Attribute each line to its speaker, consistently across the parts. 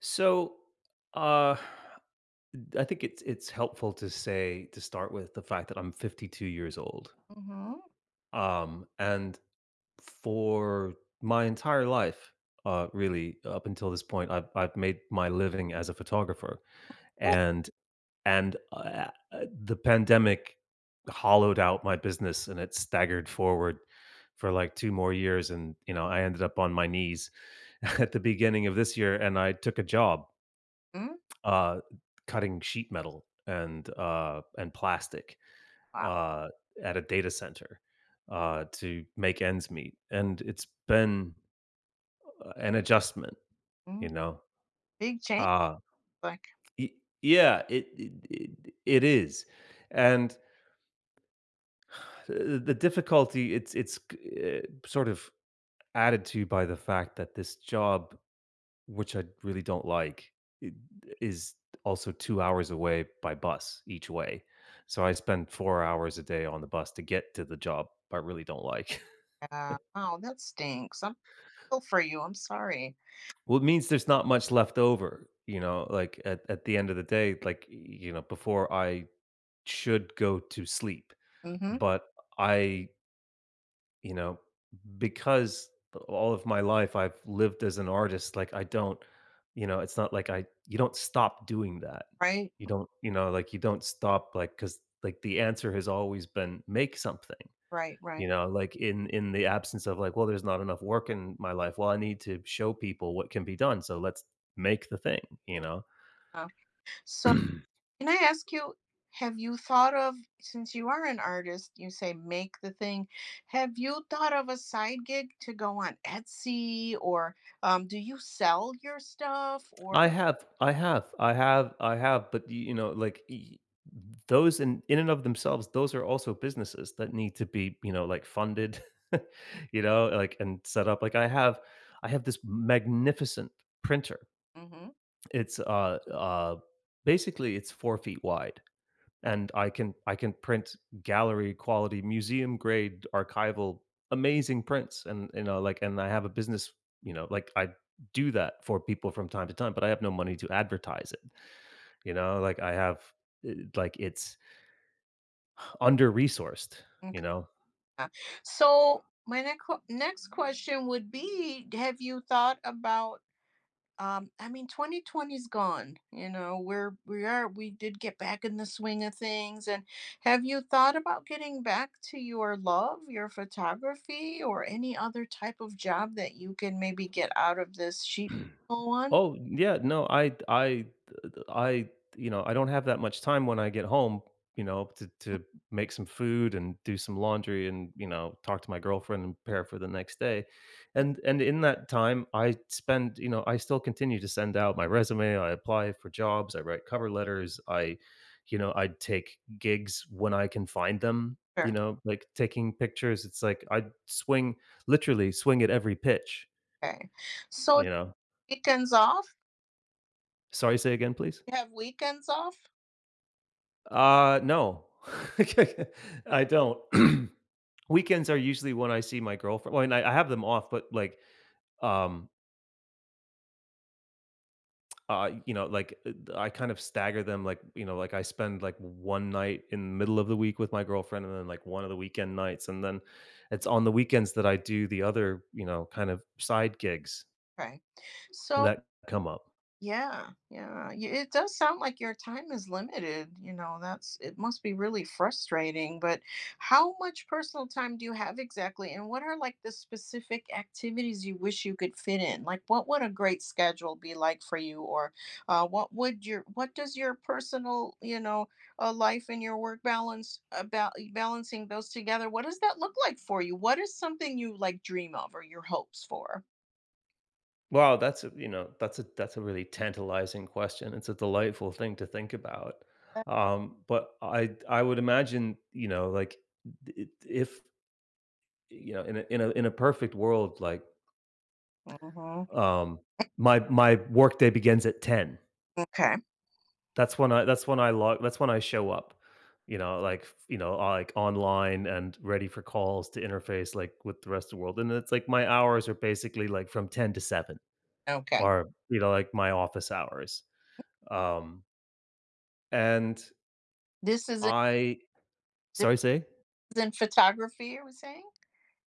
Speaker 1: So, uh, I think it's helpful to say to start with the fact that I'm 52 years old.
Speaker 2: Mhm.
Speaker 1: And for my entire life, really up until this point, I've made my living as a photographer, and and uh, the pandemic hollowed out my business and it staggered forward for like two more years, and you know I ended up on my knees at the beginning of this year, and I took a job,
Speaker 2: Mm.
Speaker 1: uh, cutting sheet metal and plastic
Speaker 2: Wow.
Speaker 1: uh, at a data center, to make ends meet, and it's been an adjustment,
Speaker 2: Mm.
Speaker 1: you know.
Speaker 2: Big change.
Speaker 1: Uh,
Speaker 2: Like,
Speaker 1: y- yeah, it is, and uh, the difficulty it's uh, sort of added to by the fact that this job, which I really don't like, it is also 2 hours away by bus each way. So I spend 4 hours a day on the bus to get to the job I really don't like.
Speaker 2: wow, that stinks. I'm Feel for you. I'm sorry.
Speaker 1: Well, it means there's not much left over, you know, like at the end of the day, like, you know, before I should go to sleep.
Speaker 2: Mm-hmm.
Speaker 1: But I, you know, because all of my life I've lived as an artist, like I don't, you know, it's not like I you don't stop doing that.
Speaker 2: Right.
Speaker 1: You don't, you know, like you don't stop like cuz like the answer has always been make something.
Speaker 2: Right. Right.
Speaker 1: You know, like in the absence of like, well, there's not enough work in my life. Well, I need to show people what can be done. So let's make the thing, you know.
Speaker 2: Uh, so, can I ask you, have you thought of, since you are an artist, you say make the thing, have you thought of a side gig to go on Etsy, or do you sell your stuff, or?
Speaker 1: I have, but y you know, like y those in and of themselves, those are also businesses that need to be, you know, like funded, you know, like and set up. Like I have this magnificent printer.
Speaker 2: Mm-hmm.
Speaker 1: It's basically it's 4 feet wide
Speaker 2: Okay.
Speaker 1: and I can print gallery quality, museum grade, archival, amazing prints, and you know, like, and I have a business, you know, like I do that for people from time to time, but I have no money to advertise it, you know, like I have, like it's under resourced, you
Speaker 2: Okay,
Speaker 1: know.
Speaker 2: uh, so my next question would be: have you thought about I mean 2020's gone, you know, we're we are we did get back in the swing of things, and have you thought about getting back to your love, your photography, or any other type of job that you can maybe get out of this sheet metal one?
Speaker 1: Oh, yeah, no, I you know, I don't have that much time when I get home, you know, to make some food and do some laundry and, you know, talk to my girlfriend and prepare for the next day. And in that time, I spend, you know, I still continue to send out my resume, I apply for jobs, I write cover letters, I you know, I take gigs when I can find them, you
Speaker 2: Sure.
Speaker 1: know, like taking pictures. It's like I swing literally swing at every pitch,
Speaker 2: Okay. So
Speaker 1: you know.
Speaker 2: weekends off,
Speaker 1: Sorry, say again, please.
Speaker 2: you have weekends off?
Speaker 1: No. I don't. Weekends are usually when I see my girlfriend well, and I have them off, but, like, um, you know, I kind of stagger them, like, you know, like, I spend, like, one night in the middle of the week with my girlfriend and then, like, one of the weekend nights, and then it's on the weekends that I do the other, you know, kind of side gigs
Speaker 2: Okay, so.
Speaker 1: that come up.
Speaker 2: Yeah, yeah. Y It does sound like your time is limited, you know, that's it must be really frustrating, but how much personal time do you have exactly, and what are, like, the specific activities you wish you could fit in? Like, what would a great schedule be like for you? Or, what would your what does your personal, you know, life and your work balance, about balancing those together, what does that look like for you? What is something you, like, dream of, or your hopes for?
Speaker 1: Wow, that's a you know, that's a really tantalizing question. It's a delightful thing to think about.
Speaker 2: Uh.
Speaker 1: But I would imagine, you know, like if you know, in a in a in a perfect world, like
Speaker 2: Mhm.
Speaker 1: um my my workday begins at 10.
Speaker 2: Okay,
Speaker 1: That's when I log that's when I show up. You know, like online and ready for calls to interface like with the rest of the world. And it's like my hours are basically like from 10 to 7,
Speaker 2: okay.
Speaker 1: or you know, like my office hours. Um And
Speaker 2: This is
Speaker 1: I
Speaker 2: This
Speaker 1: Sorry, say?
Speaker 2: is in photography, you were saying?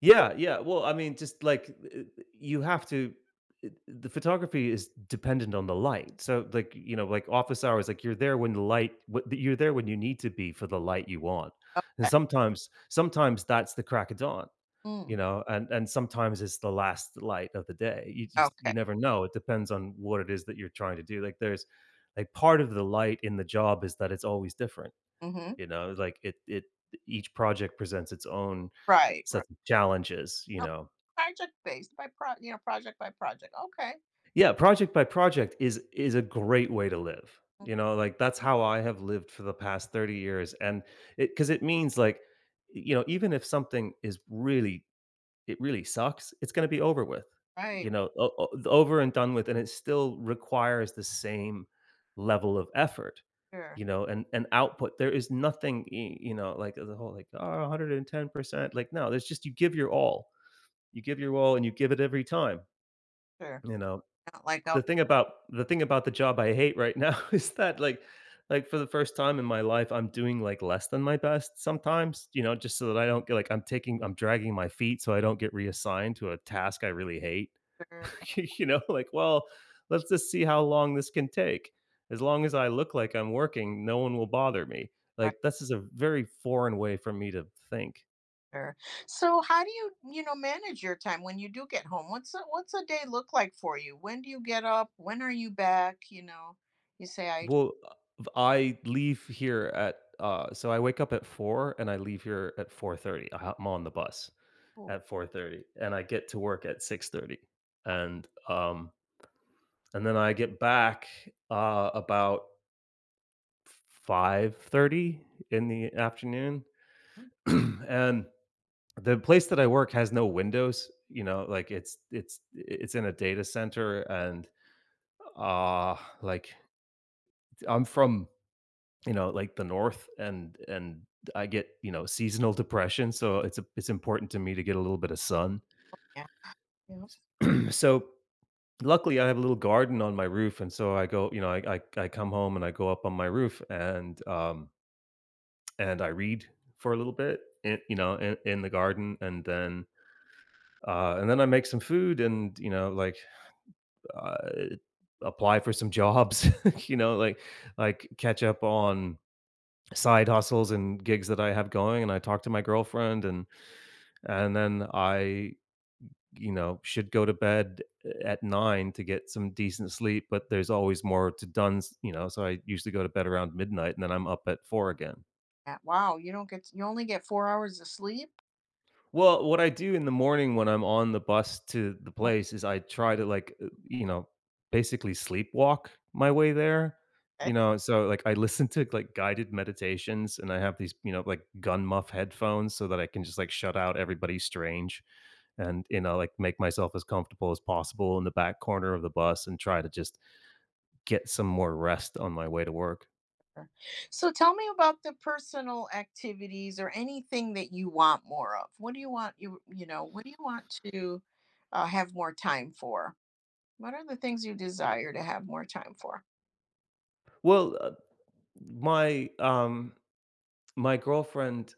Speaker 1: Yeah, yeah. Well, I mean, just like, you have to the photography is dependent on the light. So, like, you know, like office hours, like you're there when the light w you're there when you need to be for the light you want. And
Speaker 2: Okay.
Speaker 1: sometimes that's the crack of dawn,
Speaker 2: Mm,
Speaker 1: you know, and sometimes it's the last light of the day. You just you
Speaker 2: okay.
Speaker 1: never know. It depends on what it is that you're trying to do. Like, there's like, part of the light in the job is that it's always different.
Speaker 2: Hmm.
Speaker 1: You know, like it each project presents its own
Speaker 2: Right, right.
Speaker 1: sets of challenges, you
Speaker 2: Oh,
Speaker 1: know.
Speaker 2: project based by you know, project by project. Okay.
Speaker 1: Yeah, project by project is a great way to live.
Speaker 2: Mm.
Speaker 1: You know, like that's how I have lived for the past 30 years, and it cuz it means like you know, even if something is really it really sucks, it's gonna be over with,
Speaker 2: Right.
Speaker 1: you know, o o over and done with, and it still requires the same level of effort,
Speaker 2: Sure.
Speaker 1: you know, and output. There is nothing, y you know, like, the whole, like, "Oh, 110%." Like, no, there's just you give your all. You give your all, and you give it every time,
Speaker 2: Sure.
Speaker 1: you know?
Speaker 2: Not like oh.
Speaker 1: The thing about the job I hate right now is that like for the first time in my life, I'm doing like less than my best sometimes, you know, just so that I don't get like I'm dragging my feet so I don't get reassigned to a task I really hate.
Speaker 2: Sure.
Speaker 1: You know, like, well, let's just see how long this can take. As long as I look like I'm working, no one will bother me.
Speaker 2: Right.
Speaker 1: Like this is a very foreign way for me to think.
Speaker 2: Sure. So, how do you, you know, manage your time when you do get home? What's a day look like for you? When do you get up? When are you back? You know, you say I.
Speaker 1: Well, v I leave here at, so I wake up at four and I leave here at 4:30. I'm on the bus
Speaker 2: Oh.
Speaker 1: at 4:30 and I get to work at 6:30. And, um, and then I get back, about 5:30 in the afternoon.
Speaker 2: Mm.
Speaker 1: And the place that I work has no windows, you know, like, it's in a data center and, uh, like, I'm from you know, like the north, and I get, you know, seasonal depression, so it's a it's important to me to get a little bit of sun.
Speaker 2: Yeah. Yeah.
Speaker 1: So luckily I have a little garden on my roof, and so I go, you know, I come home and I go up on my roof and I read for a little bit, in, you know, in the garden, and then I make some food and, you know, like uh, apply for some jobs, you know, like catch up on side hustles and gigs that I have going, and I talk to my girlfriend, and then I, you know, should go to bed at 9 to get some decent sleep, but there's always more to done, you know, so I usually go to bed around midnight and then I'm up at 4 again.
Speaker 2: Yeah. Wow. You don't get. You only get 4 hours of sleep?
Speaker 1: Well, what I do in the morning when I'm on the bus to the place is I try to like, you know, basically sleepwalk my way there. You
Speaker 2: Okay.
Speaker 1: know, so like I listen to like guided meditations and I have these, you know, like gun muff headphones so that I can just like shut out everybody strange and, you know, like make myself as comfortable as possible in the back corner of the bus and try to just get some more rest on my way to work.
Speaker 2: So tell me about the personal activities or anything that you want more of. What do you want what do you want to have more time for? What are the things you desire to have more time for?
Speaker 1: Well, my my girlfriend,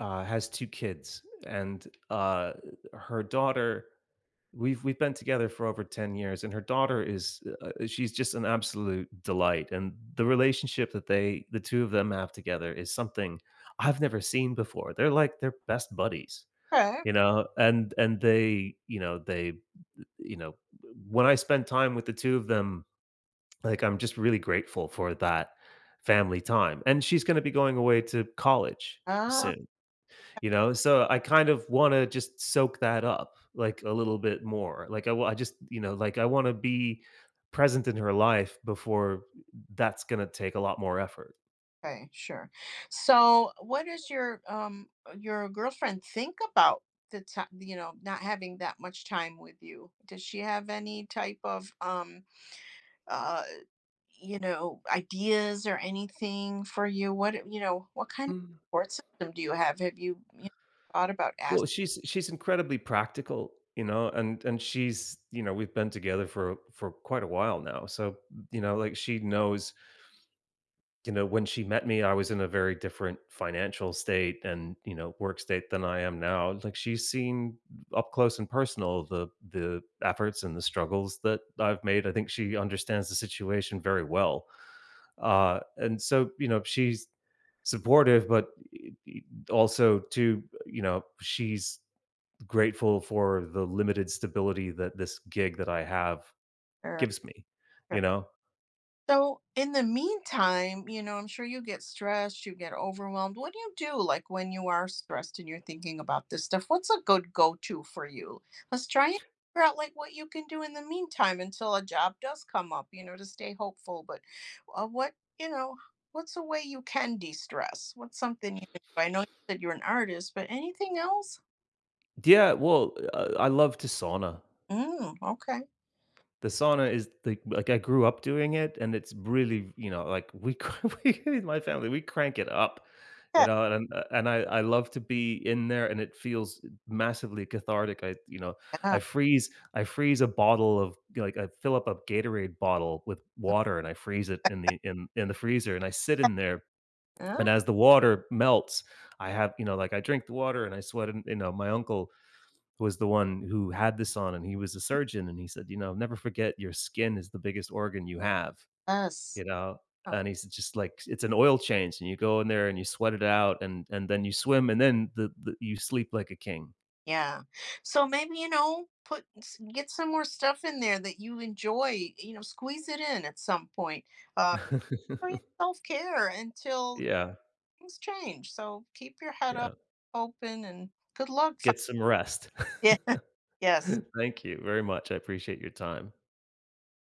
Speaker 1: has two kids, and, her daughter. We've been together for over 10 years, and her daughter is she's just an absolute delight. And the relationship that the two of them have together is something I've never seen before. They're like they're best buddies,
Speaker 2: Okay.
Speaker 1: you know. And they you know when I spend time with the two of them, like I'm just really grateful for that family time. And she's going to be going away to college
Speaker 2: Ah.
Speaker 1: soon, you know, so I kind of wanna just soak that up, like, a little bit more. Like, I just you know, like, I wanna be present in her life before that's gonna take a lot more effort.
Speaker 2: Okay, sure. So what does your girlfriend think about the time, you know, not having that much time with you? Does she have any type of uh you know, ideas or anything for you, what, you know, what kind of
Speaker 1: Mm.
Speaker 2: support system do you have? Have you, you know, thought about
Speaker 1: Well,
Speaker 2: asking
Speaker 1: she's incredibly practical, you know, and she's, you know, we've been together for quite a while now. So, you know, like she knows, you know, when she met me, I was in a very different financial state and, you know, work state than I am now. Like she's seen up close and personal the efforts and the struggles that I've made. I think she understands the situation very well. And so, you know, she's supportive, but also too, you know, she's grateful for the limited stability that this gig that I have
Speaker 2: her?
Speaker 1: gives me, you know?
Speaker 2: So, in the meantime, you know, I'm sure you get stressed, you get overwhelmed. What do you do, like, when you are stressed and you're thinking about this stuff? What's a good go-to for you? Let's try and figure out, like, what you can do in the meantime until a job does come up, you know, to stay hopeful. But what, you know, what's a way you can de-stress? What's something you can do? I know you said you're an artist, but anything else?
Speaker 1: Yeah, well, I love to sauna.
Speaker 2: Mm, okay.
Speaker 1: The sauna is the like I grew up doing it, and it's really, you know, like we, we in my family we crank it up, you
Speaker 2: Yeah.
Speaker 1: know, and I love to be in there, and it feels massively cathartic. I you know
Speaker 2: Yeah.
Speaker 1: I freeze a bottle of like I fill up a Gatorade bottle with water, and I freeze it in the freezer, and I sit in there. And as the water melts, I have, you know, like I drink the water and I sweat. And, you know, my uncle was the one who had this on, and he was a surgeon. And he said, you know, never forget your skin is the biggest organ you have,
Speaker 2: Yes.
Speaker 1: you know?
Speaker 2: Ah.
Speaker 1: And he said, just like it's an oil change and you go in there and you sweat it out and then you swim and then you sleep like a king.
Speaker 2: Yeah. So maybe, you know, get some more stuff in there that you enjoy, you know, squeeze it in at some point. Uh, for your self-care until
Speaker 1: Yeah.
Speaker 2: things change. So keep your head up,
Speaker 1: Yeah.
Speaker 2: open, and good luck.
Speaker 1: Get some rest.
Speaker 2: Yeah. Yes.
Speaker 1: Thank you very much. I appreciate your time.